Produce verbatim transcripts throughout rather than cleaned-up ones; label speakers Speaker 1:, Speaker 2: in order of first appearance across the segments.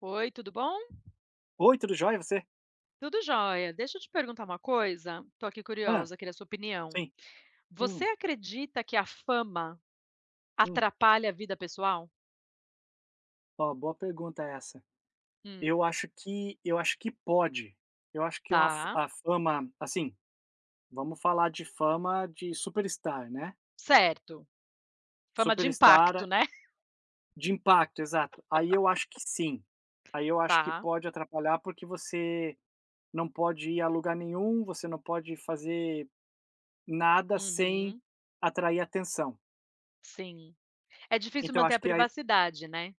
Speaker 1: Oi, tudo bom?
Speaker 2: Oi, tudo jóia, você?
Speaker 1: Tudo jóia. Deixa eu te perguntar uma coisa, tô aqui
Speaker 2: Hã,
Speaker 1: curiosa, queria a sua opinião.
Speaker 2: sim.
Speaker 1: Você
Speaker 2: Hum,
Speaker 1: acredita que a fama
Speaker 2: hum.
Speaker 1: atrapalha a vida pessoal?
Speaker 2: Ó, boa pergunta essa.
Speaker 1: Hum,
Speaker 2: Eu acho que eu acho que pode. Eu acho que é uma fa
Speaker 1: tá.
Speaker 2: a fama assim, vamos falar de fama de superstar, né.
Speaker 1: Certo. Fama de impacto,
Speaker 2: Superstar
Speaker 1: né?
Speaker 2: de impacto, exato. Aí eu acho que sim. Aí eu acho que
Speaker 1: Tá.
Speaker 2: pode atrapalhar, porque você não pode ir a lugar nenhum, você não pode fazer nada sem
Speaker 1: Uhum.
Speaker 2: atrair atenção.
Speaker 1: Sim. É difícil
Speaker 2: Então eu
Speaker 1: manter a
Speaker 2: acho que aí
Speaker 1: privacidade, né?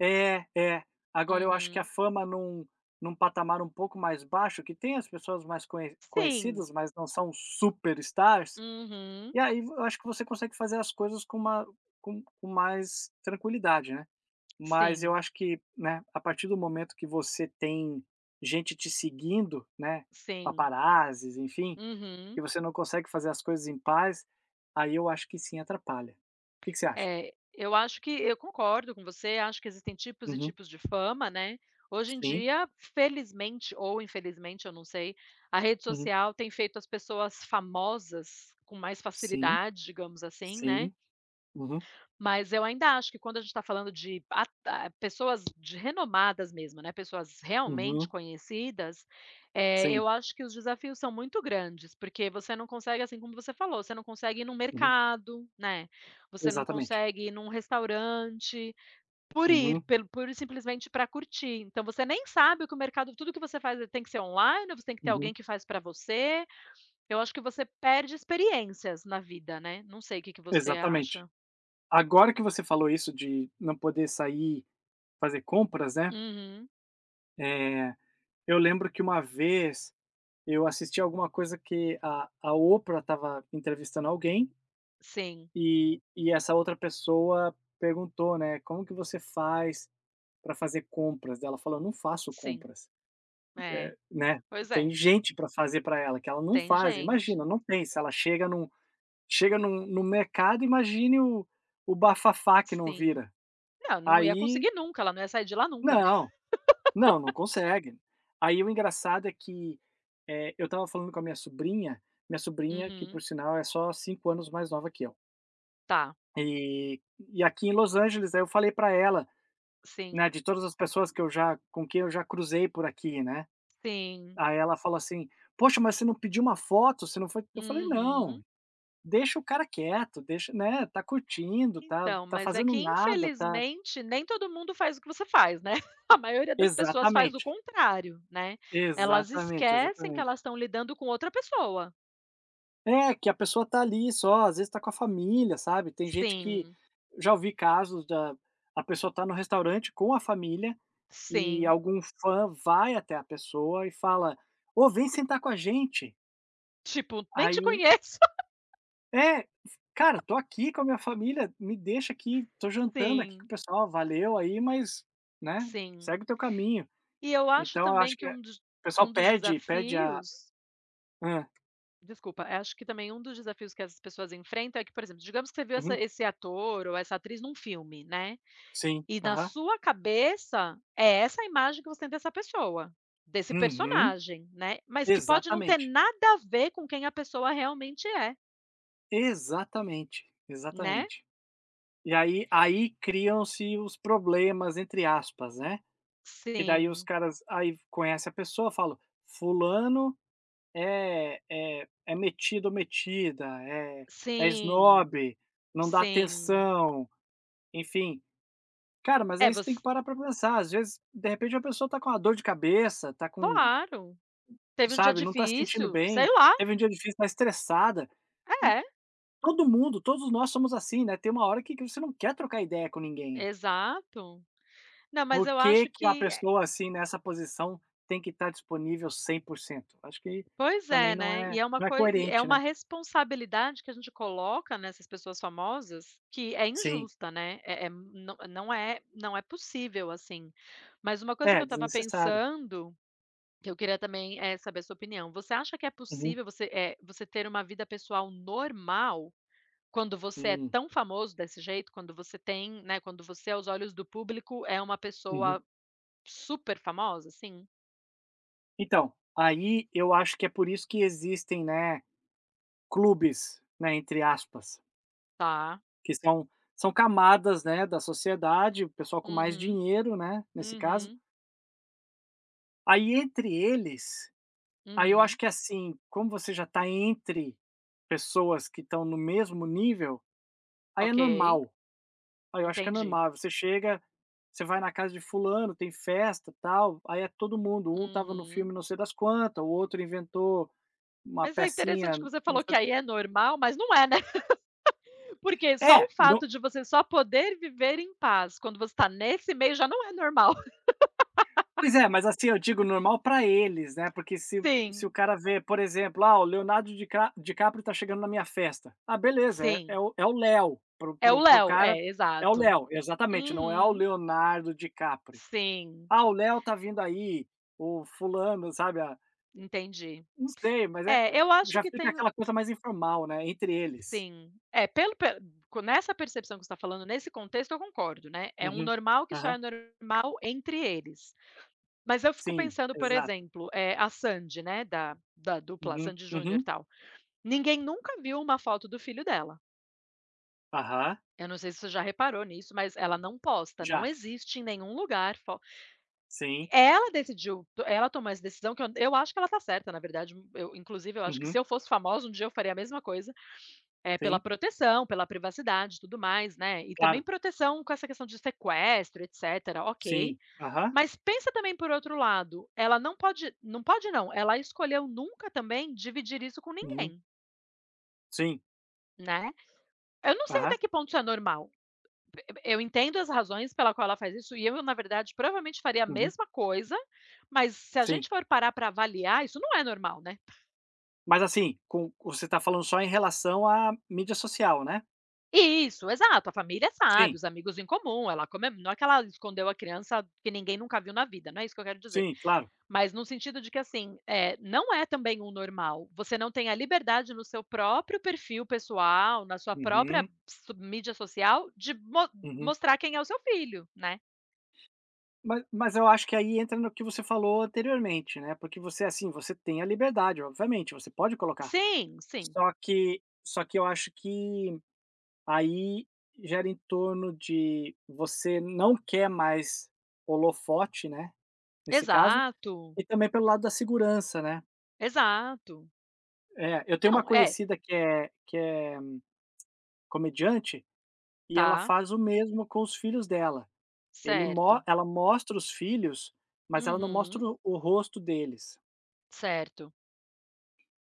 Speaker 2: é, é. Agora eu acho que a
Speaker 1: Uhum.
Speaker 2: fama num num patamar um pouco mais baixo, que tem as pessoas mais conhe
Speaker 1: Sim.
Speaker 2: conhecidas, mas não são superstars,
Speaker 1: Uhum.
Speaker 2: e aí eu acho que você consegue fazer as coisas com uma com com mais tranquilidade, né. Mas eu
Speaker 1: Sim.
Speaker 2: acho que, né, a partir do momento que você tem gente te seguindo, né,
Speaker 1: Sim.
Speaker 2: paparazzis, enfim, que
Speaker 1: Uhum.
Speaker 2: você não consegue fazer as coisas em paz, aí eu acho que sim atrapalha. O que que você acha?
Speaker 1: É, eu acho que eu concordo com você, acho que existem tipos e
Speaker 2: Uhum.
Speaker 1: tipos de fama, né. Hoje em
Speaker 2: Sim.
Speaker 1: dia, felizmente ou infelizmente, eu não sei, a rede
Speaker 2: Uhum.
Speaker 1: social tem feito as pessoas famosas com mais
Speaker 2: Sim,
Speaker 1: facilidade, digamos assim, né.
Speaker 2: sim. Uhum.
Speaker 1: Mas eu ainda acho que quando a gente está falando de a ta pessoas de renomadas mesmo, né, pessoas realmente
Speaker 2: Uhum.
Speaker 1: conhecidas, eh,
Speaker 2: Sim.
Speaker 1: eu acho que os desafios são muito grandes, porque você não consegue, assim como você falou, você não consegue ir num
Speaker 2: Uhum.
Speaker 1: mercado, né, você não
Speaker 2: Exatamente.
Speaker 1: consegue ir num restaurante, por ir,
Speaker 2: Uhum.
Speaker 1: pelo por simplesmente para curtir. Então você nem sabe o que o mercado tudo que você faz tem que ser online, ou você tem que ter alguém
Speaker 2: Uhum.
Speaker 1: que faz para você. Eu acho que você perde experiências na vida, né, não sei o que que você
Speaker 2: Exatamente.
Speaker 1: acha.
Speaker 2: Agora que você falou isso de não poder sair fazer compras, né,
Speaker 1: Uhum.
Speaker 2: eh, eu lembro que uma vez eu assisti alguma coisa que a a Oprah estava entrevistando alguém,
Speaker 1: Sim,
Speaker 2: e e essa outra pessoa perguntou, né: "Como que você faz para fazer compras?" Daí ela falou: "Não faço
Speaker 1: sim.
Speaker 2: compras",
Speaker 1: É,
Speaker 2: né.
Speaker 1: pois
Speaker 2: Tem
Speaker 1: é,
Speaker 2: gente para fazer para ela, que ela não
Speaker 1: tem
Speaker 2: faz. Imagina,
Speaker 1: gente.
Speaker 2: não tem. Se ela chega num Chega num no mercado, imagine o o bafafá que não
Speaker 1: Sim.
Speaker 2: vira.
Speaker 1: Não, não ia
Speaker 2: Aí
Speaker 1: conseguir nunca, ela não ia sair de lá nunca, né.
Speaker 2: não, não, não consegue. Aí o engraçado é que, eh, eu estava falando com a minha sobrinha, minha sobrinha que por
Speaker 1: Uhum.
Speaker 2: sinal é só cinco anos mais nova que eu.
Speaker 1: Tá.
Speaker 2: E e aqui em Los Angeles, aí eu falei pra ela,
Speaker 1: Sim,
Speaker 2: né, de todas as pessoas que eu já com quem eu já cruzei por aqui, né.
Speaker 1: sim.
Speaker 2: Aí ela falou assim: "Poxa, mas você não pediu uma foto? Você não foi?" Eu falei: "Não,
Speaker 1: Uhum.
Speaker 2: deixa o cara quieto, deixa, né, tá curtindo, tá
Speaker 1: Então,
Speaker 2: tá
Speaker 1: mas é
Speaker 2: fazendo
Speaker 1: que
Speaker 2: nada, tá
Speaker 1: infelizmente nem todo mundo faz o que você faz, né. A maioria das pessoas faz o
Speaker 2: exatamente,
Speaker 1: contrário, né. Elas
Speaker 2: exatamente,
Speaker 1: esquecem que elas
Speaker 2: exatamente."
Speaker 1: estão lidando com outra pessoa.
Speaker 2: É, que a pessoa tá ali só, às vezes tá com a família, sabe, tem gente que
Speaker 1: Sim,
Speaker 2: já ouvi casos da a pessoa tá no restaurante com a família e
Speaker 1: sim.
Speaker 2: algum fã vai até a pessoa e fala: "Ô, vem sentar com a gente."
Speaker 1: Tipo, nem te
Speaker 2: Aí
Speaker 1: conheço.
Speaker 2: é, "Cara, tô aqui com a minha família, me deixa aqui, tô jantando aqui com o
Speaker 1: Sim,
Speaker 2: pessoal, valeu aí, mas, né,
Speaker 1: sim.
Speaker 2: segue o teu caminho."
Speaker 1: E eu acho
Speaker 2: Então eu
Speaker 1: também
Speaker 2: acho
Speaker 1: que
Speaker 2: que é
Speaker 1: um dos
Speaker 2: o pessoal
Speaker 1: um dos
Speaker 2: pede pede a
Speaker 1: desafios.
Speaker 2: hã,
Speaker 1: Desculpa, eh, acho que também um dos desafios que essas pessoas enfrentam é que, por exemplo, digamos que você viu essa
Speaker 2: uhum,
Speaker 1: esse ator ou essa atriz num filme, né,
Speaker 2: sim,
Speaker 1: e na
Speaker 2: aham.
Speaker 1: sua cabeça é essa a imagem que você tem dessa pessoa, desse
Speaker 2: Uhum,
Speaker 1: personagem, né, mas que pode não ter
Speaker 2: exatamente,
Speaker 1: nada a ver com quem a pessoa realmente é,
Speaker 2: exatamente,
Speaker 1: né.
Speaker 2: exatamente. E aí aí criam-se os problemas entre aspas, né, que daí os
Speaker 1: Sim,
Speaker 2: caras aí conhece a pessoa, falam: "Fulano é é é metido ou metida, é é
Speaker 1: sim,
Speaker 2: esnobe, não dá
Speaker 1: sim.
Speaker 2: atenção", enfim. Cara, mas
Speaker 1: É,
Speaker 2: aí você tem que
Speaker 1: você.
Speaker 2: parar pra pensar, às vezes, de repente a pessoa tá com uma dor de cabeça, tá com.
Speaker 1: Claro, teve um dia
Speaker 2: Sabe, não tá se sentindo
Speaker 1: difícil, sei
Speaker 2: bem,
Speaker 1: lá.
Speaker 2: teve um dia difícil, tá estressada.
Speaker 1: É,
Speaker 2: Todo mundo, todos nós somos assim, né, tem uma hora que que você não quer trocar ideia com ninguém.
Speaker 1: exato. Não, mas
Speaker 2: Por
Speaker 1: eu
Speaker 2: que
Speaker 1: acho
Speaker 2: que uma
Speaker 1: que.
Speaker 2: pessoa, assim, nessa posição tem que estar disponível cem por cento? Acho que
Speaker 1: Pois é,
Speaker 2: também não
Speaker 1: né, e
Speaker 2: é,
Speaker 1: é uma
Speaker 2: não é
Speaker 1: coi e é
Speaker 2: coerente,
Speaker 1: uma
Speaker 2: né.
Speaker 1: responsabilidade que a gente coloca nessas pessoas famosas que é
Speaker 2: Sim.
Speaker 1: injusta, né, é é não não é não é possível, assim. Mas uma coisa que eu
Speaker 2: É,
Speaker 1: estava
Speaker 2: desnecessário.
Speaker 1: pensando, que eu queria também, é saber a sua opinião, você acha que é
Speaker 2: Uhum.
Speaker 1: possível você, é você ter uma vida pessoal normal quando você é
Speaker 2: Hum.
Speaker 1: tão famoso desse jeito? Quando você tem, né, quando você aos olhos do público é uma
Speaker 2: Uhum.
Speaker 1: pessoa super famosa, assim?
Speaker 2: Então, aí eu acho que é por isso que existem, né, "clubes", né, entre aspas,
Speaker 1: Tá.
Speaker 2: que são são camadas, né, da sociedade, o pessoal com mais
Speaker 1: Uhum,
Speaker 2: dinheiro, né, nesse caso.
Speaker 1: uhum,
Speaker 2: Aí entre eles, aí eu acho
Speaker 1: uhum,
Speaker 2: que assim, como você já tá entre pessoas que estão no mesmo nível, aí é
Speaker 1: ok.
Speaker 2: normal, aí eu acho que é
Speaker 1: Entendi.
Speaker 2: normal, você chega, você vai na casa de fulano, tem festa, tal, aí é todo mundo, um tava no
Speaker 1: Uhum.
Speaker 2: filme não sei das quantas, o outro inventou uma
Speaker 1: Mas é
Speaker 2: pecinha,
Speaker 1: interessante que você
Speaker 2: não
Speaker 1: falou que
Speaker 2: sei,
Speaker 1: aí é normal, mas não é, né, porque só
Speaker 2: é,
Speaker 1: o
Speaker 2: não.
Speaker 1: fato de você só poder viver em paz quando você está nesse meio já não é normal.
Speaker 2: Pois é, mas assim, eu digo normal pra eles, né, porque se se o
Speaker 1: Sim,
Speaker 2: cara vê, por exemplo, ah, o Leonardo Dica DiCaprio tá chegando na minha festa. Ah, beleza, é
Speaker 1: sim.
Speaker 2: é o é o Léo, pro
Speaker 1: É o
Speaker 2: pro pro
Speaker 1: Léo,
Speaker 2: cara
Speaker 1: é,
Speaker 2: é o
Speaker 1: exato.
Speaker 2: Léo, exatamente, não é o
Speaker 1: Uhum.
Speaker 2: Leonardo DiCaprio.
Speaker 1: Sim,
Speaker 2: Ah, o Léo tá vindo aí, o fulano, sabe, ah,
Speaker 1: entendi.
Speaker 2: não sei, mas é
Speaker 1: É, eu acho
Speaker 2: já
Speaker 1: que
Speaker 2: fica
Speaker 1: tem
Speaker 2: aquela coisa mais informal, né, entre eles.
Speaker 1: sim. É, pelo pe co nessa percepção que você tá falando, nesse contexto eu concordo, né, é um
Speaker 2: Uhum.
Speaker 1: normal que só é
Speaker 2: Aham.
Speaker 1: normal entre eles. Mas eu fico
Speaker 2: Sim,
Speaker 1: pensando, por
Speaker 2: exato.
Speaker 1: exemplo, eh, a Sandy, né, da da dupla
Speaker 2: Uhum,
Speaker 1: Sandy& Junior e
Speaker 2: uhum.
Speaker 1: tal, ninguém nunca viu uma foto do filho dela.
Speaker 2: Aham.
Speaker 1: Eu não sei se você já reparou nisso, mas ela não posta, não
Speaker 2: Já.
Speaker 1: existe em nenhum lugar fo
Speaker 2: Sim.
Speaker 1: ela decidiu, to- ela tomou essa decisão que eu eu acho que ela tá certa, na verdade, hum, eu inclusive eu acho que se
Speaker 2: Uhum.
Speaker 1: eu fosse famosa um dia eu faria a mesma coisa, eh, pela
Speaker 2: Sim,
Speaker 1: proteção, pela privacidade e tudo mais, né, e também
Speaker 2: claro.
Speaker 1: proteção com essa questão de sequestro, etcétera, ok.
Speaker 2: Sim. Aham.
Speaker 1: Mas pensa também por outro lado, ela não pode não pode não, ela escolheu nunca também dividir isso com
Speaker 2: Uhum.
Speaker 1: ninguém,
Speaker 2: Sim.
Speaker 1: né. Eu não sei até
Speaker 2: Aham.
Speaker 1: que ponto isso é normal. P- Eu entendo as razões pela qual ela faz isso e eu, na verdade, provavelmente faria a
Speaker 2: Uhum.
Speaker 1: mesma coisa, mas se a
Speaker 2: Sim.
Speaker 1: gente for parar para avaliar, isso não é normal, né.
Speaker 2: Mas assim, com você está falando só em relação à mídia social, né?
Speaker 1: Isso, exato, a família sabe,
Speaker 2: Sim,
Speaker 1: os amigos em comum, ela come não é que ela escondeu a criança que ninguém nunca viu na vida, não é isso que eu quero dizer.
Speaker 2: sim, claro.
Speaker 1: Mas no sentido de que, assim, é não é também um normal. Você não tem a liberdade no seu próprio perfil pessoal, na sua própria
Speaker 2: Uhum,
Speaker 1: so mídia social, de mo
Speaker 2: uhum.
Speaker 1: mostrar quem é o seu filho, né.
Speaker 2: Mas mas eu acho que aí entra no que você falou anteriormente, né, porque você, assim, você tem a liberdade, obviamente, você pode colocar.
Speaker 1: Sim, sim.
Speaker 2: Só que só que eu acho que aí gera em torno de você não quer mais holofote, né, nesse caso,
Speaker 1: Exato,
Speaker 2: e também pelo lado da segurança, né?
Speaker 1: exato.
Speaker 2: É, eu tenho uma
Speaker 1: Não, é,
Speaker 2: conhecida que é que é comediante e ela
Speaker 1: tá,
Speaker 2: faz o mesmo com os filhos dela. Ele mo
Speaker 1: certo.
Speaker 2: Ela mostra os filhos, mas ela não mostra
Speaker 1: Uhum,
Speaker 2: o o rosto deles.
Speaker 1: certo.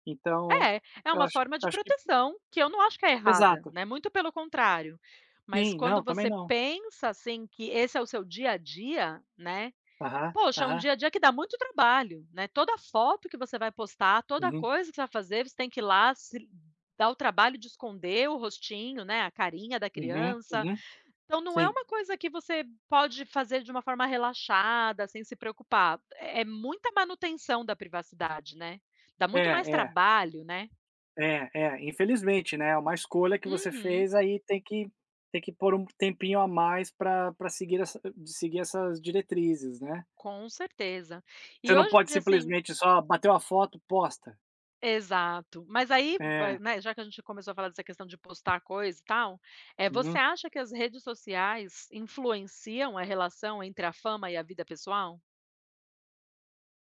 Speaker 2: Então,
Speaker 1: É, é
Speaker 2: eu
Speaker 1: uma
Speaker 2: acho
Speaker 1: forma de
Speaker 2: acho que
Speaker 1: proteção que eu não acho que é errada,
Speaker 2: exato.
Speaker 1: né, muito pelo contrário. Mas
Speaker 2: Sim,
Speaker 1: quando
Speaker 2: não, também
Speaker 1: você
Speaker 2: não.
Speaker 1: pensa, assim, que esse é o seu dia a dia, né,
Speaker 2: Aham,
Speaker 1: poxa, é um
Speaker 2: aham.
Speaker 1: dia a dia que dá muito trabalho, né, toda foto que você vai postar, toda
Speaker 2: Uhum,
Speaker 1: coisa que você vai fazer, você tem que ir lá, se dar o trabalho de esconder o rostinho, né, a carinha da
Speaker 2: uhum,
Speaker 1: criança.
Speaker 2: uhum.
Speaker 1: Então não é
Speaker 2: Sim.
Speaker 1: uma coisa que você pode fazer de uma forma relaxada, sem se preocupar. É é muita manutenção da privacidade, né. Dá
Speaker 2: É,
Speaker 1: muito mais
Speaker 2: é,
Speaker 1: trabalho, né.
Speaker 2: é, é, infelizmente, né, é uma escolha que você
Speaker 1: Uhum,
Speaker 2: fez, aí tem que tem que pôr um tempinho a mais para pra seguir essa seguir essas diretrizes, né.
Speaker 1: com certeza. E
Speaker 2: Você não
Speaker 1: hoje em
Speaker 2: pode
Speaker 1: dia, assim,
Speaker 2: simplesmente só bateu a foto, posta.
Speaker 1: exato. Mas aí
Speaker 2: É.
Speaker 1: vai né, já que a gente começou a falar dessa questão de postar coisa e tal, é você
Speaker 2: Uhum.
Speaker 1: acha que as redes sociais influenciam a relação entre a fama e a vida pessoal?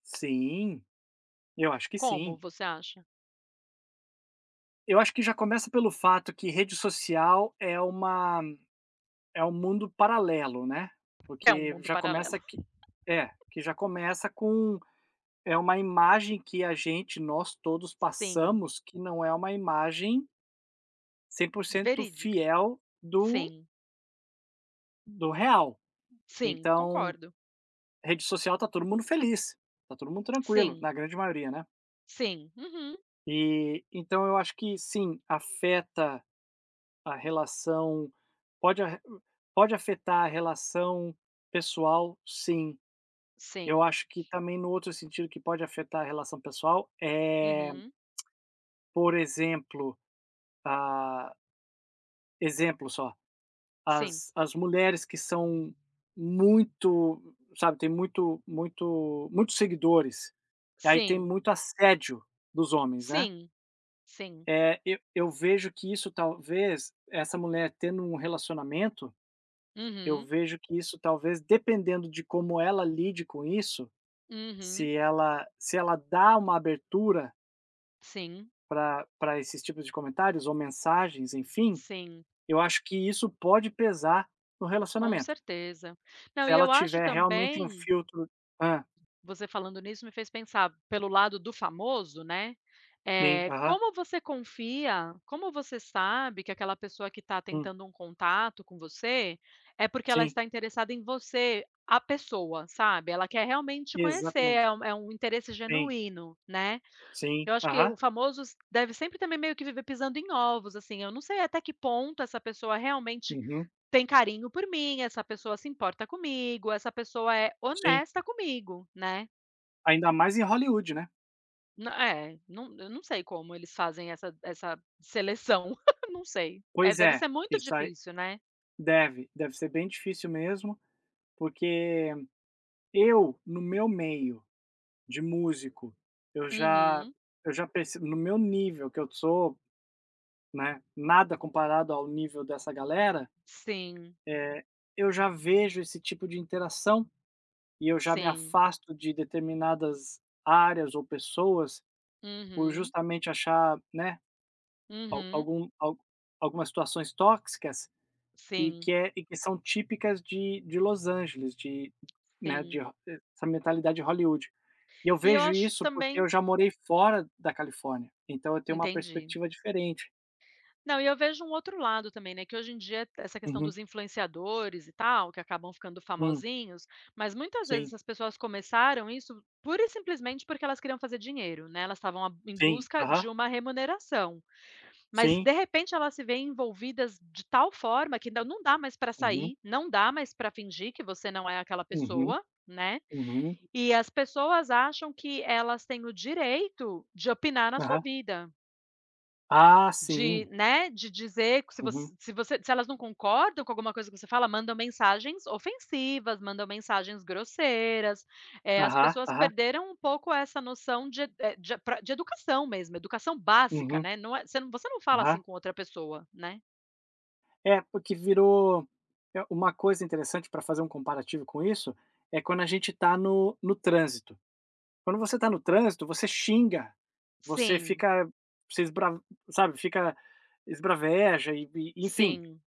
Speaker 2: Sim, eu acho que
Speaker 1: Como
Speaker 2: sim.
Speaker 1: você acha?
Speaker 2: Eu acho que já começa pelo fato que rede social é uma é um mundo paralelo, né,
Speaker 1: É um
Speaker 2: porque
Speaker 1: mundo
Speaker 2: já
Speaker 1: paralelo.
Speaker 2: começa que é, que já começa com é uma imagem que a gente, nós todos
Speaker 1: Sim.
Speaker 2: passamos, que não é uma imagem cem por cento
Speaker 1: Verídica.
Speaker 2: fiel do
Speaker 1: Sim.
Speaker 2: do real.
Speaker 1: Sim,
Speaker 2: Então,
Speaker 1: concordo.
Speaker 2: rede social tá todo mundo feliz, tá todo mundo tranquilo,
Speaker 1: Sim.
Speaker 2: na grande maioria, né.
Speaker 1: Sim. Uhum.
Speaker 2: E então eu acho que sim, afeta a relação, pode a pode afetar a relação pessoal, sim. Eu
Speaker 1: Sim.
Speaker 2: acho que também no outro sentido que pode afetar a relação pessoal é,
Speaker 1: Uhum.
Speaker 2: por exemplo, a exemplo só,
Speaker 1: Sim.
Speaker 2: as as mulheres que são muito, sabe, tem muito muito muitos seguidores, aí tem
Speaker 1: Sim.
Speaker 2: muito assédio dos homens, né.
Speaker 1: Sim. Sim.
Speaker 2: É, eu eu vejo que isso talvez essa mulher tendo um relacionamento, eu
Speaker 1: Uhum.
Speaker 2: vejo que isso talvez dependendo de como ela lide com isso,
Speaker 1: Uhum.
Speaker 2: se ela se ela dá uma abertura
Speaker 1: Sim.
Speaker 2: para pra esses tipos de comentários ou mensagens, enfim,
Speaker 1: Sim.
Speaker 2: eu acho que isso pode pesar no
Speaker 1: Com
Speaker 2: relacionamento.
Speaker 1: certeza. Não,
Speaker 2: Se
Speaker 1: e
Speaker 2: ela
Speaker 1: eu acho
Speaker 2: tiver realmente um
Speaker 1: também.
Speaker 2: filtro, ah,
Speaker 1: Você falando nisso me fez pensar pelo lado do famoso, né,
Speaker 2: sim,
Speaker 1: eh,
Speaker 2: aham,
Speaker 1: como você confia, como você sabe que aquela pessoa que está
Speaker 2: sim,
Speaker 1: tentando um contato com você, é porque ela
Speaker 2: sim,
Speaker 1: está interessada em você, a pessoa, sabe, ela quer realmente te conhecer, é
Speaker 2: exatamente.
Speaker 1: um é um interesse
Speaker 2: Sim,
Speaker 1: genuíno, né.
Speaker 2: sim,
Speaker 1: Eu acho que
Speaker 2: aham,
Speaker 1: o famoso s deve sempre também meio que viver pisando em ovos, assim, eu não sei até que ponto essa pessoa realmente
Speaker 2: uhum,
Speaker 1: tem carinho por mim, essa pessoa se importa comigo, essa pessoa é
Speaker 2: sim.
Speaker 1: honesta comigo, né.
Speaker 2: Ainda mais em Hollywood, né.
Speaker 1: N é, não, eu não sei como eles fazem essa essa seleção, não sei. É,
Speaker 2: Pois
Speaker 1: deve
Speaker 2: é,
Speaker 1: ser muito
Speaker 2: isso aí.
Speaker 1: difícil, né.
Speaker 2: Deve, deve ser bem difícil mesmo, porque eu, no meu meio de músico, eu já
Speaker 1: Uhum.
Speaker 2: eu já perce no meu nível que eu sou, né, nada comparado ao nível dessa galera,
Speaker 1: Sim,
Speaker 2: eu já vejo esse tipo de interação e eu já me
Speaker 1: sim.
Speaker 2: afasto de determinadas áreas ou pessoas por
Speaker 1: Uhum,
Speaker 2: justamente achar, né, al
Speaker 1: uhum.
Speaker 2: algum al algumas situações tóxicas. E
Speaker 1: Sim,
Speaker 2: que é e que são típicas de de Los Angeles, de né,
Speaker 1: sim.
Speaker 2: de ho essa mentalidade de Hollywood. E eu
Speaker 1: E eu
Speaker 2: vejo
Speaker 1: acho
Speaker 2: isso porque
Speaker 1: também
Speaker 2: eu já morei fora da Califórnia, então eu tenho uma
Speaker 1: entendi.
Speaker 2: perspectiva diferente.
Speaker 1: Não, e eu vejo um outro lado também, né, que hoje em dia essa questão
Speaker 2: Uhum.
Speaker 1: dos influenciadores e tal, que acabam ficando
Speaker 2: Hum.
Speaker 1: famosinhos, mas muitas vezes
Speaker 2: Sim.
Speaker 1: essas pessoas começaram isso pura e simplesmente porque elas queriam fazer dinheiro, né, elas estavam a em
Speaker 2: Sim.
Speaker 1: busca
Speaker 2: Aham.
Speaker 1: de uma remuneração. Mas de
Speaker 2: Sim.
Speaker 1: repente elas se veem envolvidas de tal forma que não não dá mais para
Speaker 2: Uhum.
Speaker 1: sair, não dá mais para fingir que você não é aquela
Speaker 2: Uhum.
Speaker 1: pessoa, né?
Speaker 2: Uhum.
Speaker 1: E as pessoas acham que elas têm o direito de opinar na sua
Speaker 2: Aham.
Speaker 1: vida,
Speaker 2: Ah,
Speaker 1: de,
Speaker 2: sim.
Speaker 1: né, de dizer que se
Speaker 2: Uhum.
Speaker 1: você, se você, se elas não concordam com alguma coisa que você fala, mandam mensagens ofensivas, mandam mensagens grosseiras. Eh, as
Speaker 2: Aham,
Speaker 1: pessoas
Speaker 2: aham.
Speaker 1: perderam um pouco essa noção de, eh, de pra de educação mesmo, educação básica,
Speaker 2: Uhum.
Speaker 1: né? Não é, você não você não fala
Speaker 2: Aham.
Speaker 1: assim com outra pessoa, né?
Speaker 2: É, porque virou é, uma coisa interessante para fazer um comparativo com isso, é quando a gente está no no trânsito. Quando você tá no trânsito, você xinga, você
Speaker 1: Sim,
Speaker 2: fica você esbra, sabe, fica esbraveja e e enfim,
Speaker 1: sim.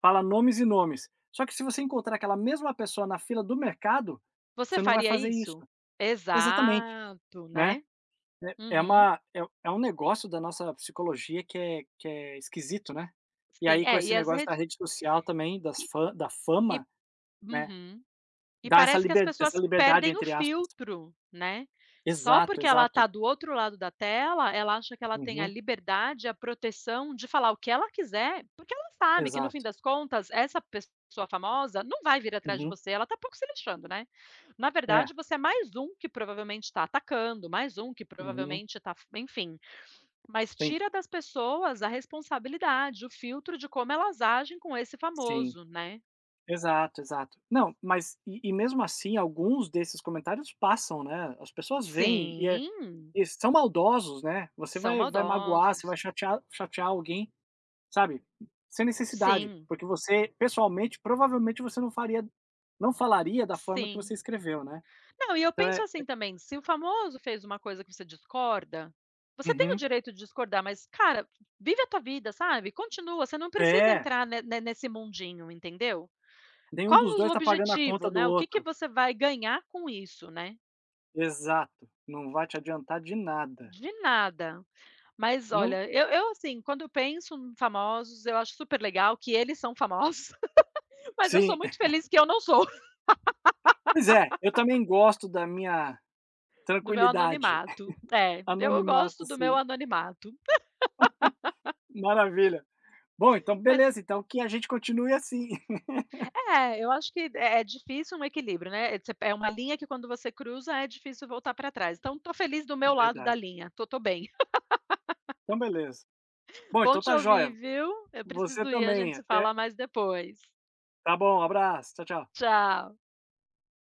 Speaker 2: fala nomes e nomes. Só que se você encontrar aquela mesma pessoa na fila do mercado,
Speaker 1: Você
Speaker 2: você não vai
Speaker 1: faria
Speaker 2: fazer isso.
Speaker 1: isso?
Speaker 2: Exatamente,
Speaker 1: Exato,
Speaker 2: né.
Speaker 1: né.
Speaker 2: É é
Speaker 1: Uhum,
Speaker 2: uma é é um negócio da nossa psicologia que é que é esquisito, né. E
Speaker 1: sim.
Speaker 2: aí com
Speaker 1: É,
Speaker 2: esse
Speaker 1: e as
Speaker 2: negócio da
Speaker 1: redes
Speaker 2: rede social também, das fa da
Speaker 1: e
Speaker 2: fama, né,
Speaker 1: uhum. E
Speaker 2: dá essa
Speaker 1: parece que as
Speaker 2: liber essa
Speaker 1: pessoas
Speaker 2: liberdade
Speaker 1: perdem o
Speaker 2: entre aspas.
Speaker 1: filtro, né. Só
Speaker 2: Exato,
Speaker 1: porque ela tá
Speaker 2: exato.
Speaker 1: do outro lado da tela, ela acha que ela tem a
Speaker 2: Uhum,
Speaker 1: liberdade, a proteção de falar o que ela quiser, porque ela sabe que no fim
Speaker 2: exato.
Speaker 1: das contas, essa pessoa famosa não vai vir atrás de
Speaker 2: Uhum.
Speaker 1: você, ela tá pouco se lixando, né. Na
Speaker 2: É.
Speaker 1: verdade, você é mais um que provavelmente está atacando, mais um que
Speaker 2: Uhum.
Speaker 1: provavelmente está enfim. Mas
Speaker 2: Sim,
Speaker 1: tira das pessoas a responsabilidade, o filtro de como elas agem com esse
Speaker 2: sim.
Speaker 1: famoso, né.
Speaker 2: Exato, exato. Não, mas e e mesmo assim alguns desses comentários passam, né, as pessoas veem e é
Speaker 1: Sim,
Speaker 2: e são maldosos, né, você
Speaker 1: são
Speaker 2: vai vai magoar, você vai
Speaker 1: maldosos.
Speaker 2: chatear chatear alguém, sabe, sem necessidade,
Speaker 1: Sim,
Speaker 2: porque você pessoalmente, provavelmente você não faria, não falaria da forma que
Speaker 1: sim.
Speaker 2: você escreveu, né.
Speaker 1: Não, e eu
Speaker 2: Então
Speaker 1: penso
Speaker 2: é
Speaker 1: assim também, se o famoso fez uma coisa que você discorda, você tem o
Speaker 2: uhum.
Speaker 1: direito de discordar, mas, cara, vive a tua vida, sabe, continua, você não precisa
Speaker 2: É,
Speaker 1: entrar ne ne nesse mundinho, entendeu.
Speaker 2: nenhum
Speaker 1: Qual
Speaker 2: dos
Speaker 1: o
Speaker 2: dois tá pagando a
Speaker 1: objetivo,
Speaker 2: conta do
Speaker 1: né, o que que
Speaker 2: outro.
Speaker 1: você vai ganhar com isso, né?
Speaker 2: Exato, não vai te adiantar de nada.
Speaker 1: De nada. Mas
Speaker 2: Não,
Speaker 1: olha, eu eu assim, quando eu penso em famosos, eu acho super legal que eles são famosos, mas eu
Speaker 2: sim.
Speaker 1: sou muito feliz que eu não sou,
Speaker 2: Pois é, eu também gosto da minha
Speaker 1: do meu
Speaker 2: tranquilidade,
Speaker 1: anonimato. É, eu
Speaker 2: anonimato,
Speaker 1: gosto do meu
Speaker 2: assim.
Speaker 1: anonimato.
Speaker 2: Maravilha. Bom, então
Speaker 1: Mas
Speaker 2: beleza, então que a gente continue assim.
Speaker 1: é, eu acho que é é difícil um equilíbrio, né, você é uma linha que quando você cruza, é difícil voltar para trás. Então tô feliz do meu lado da
Speaker 2: Verdade.
Speaker 1: linha, tô tô bem.
Speaker 2: Então beleza. Bom,
Speaker 1: Bom
Speaker 2: então
Speaker 1: te
Speaker 2: tá
Speaker 1: ouvir,
Speaker 2: jóia.
Speaker 1: viu. Eu
Speaker 2: Você
Speaker 1: preciso ir, a gente
Speaker 2: também,
Speaker 1: se
Speaker 2: até
Speaker 1: fala mais depois.
Speaker 2: tá bom, abraço. Tchau, tchau.
Speaker 1: Tchau.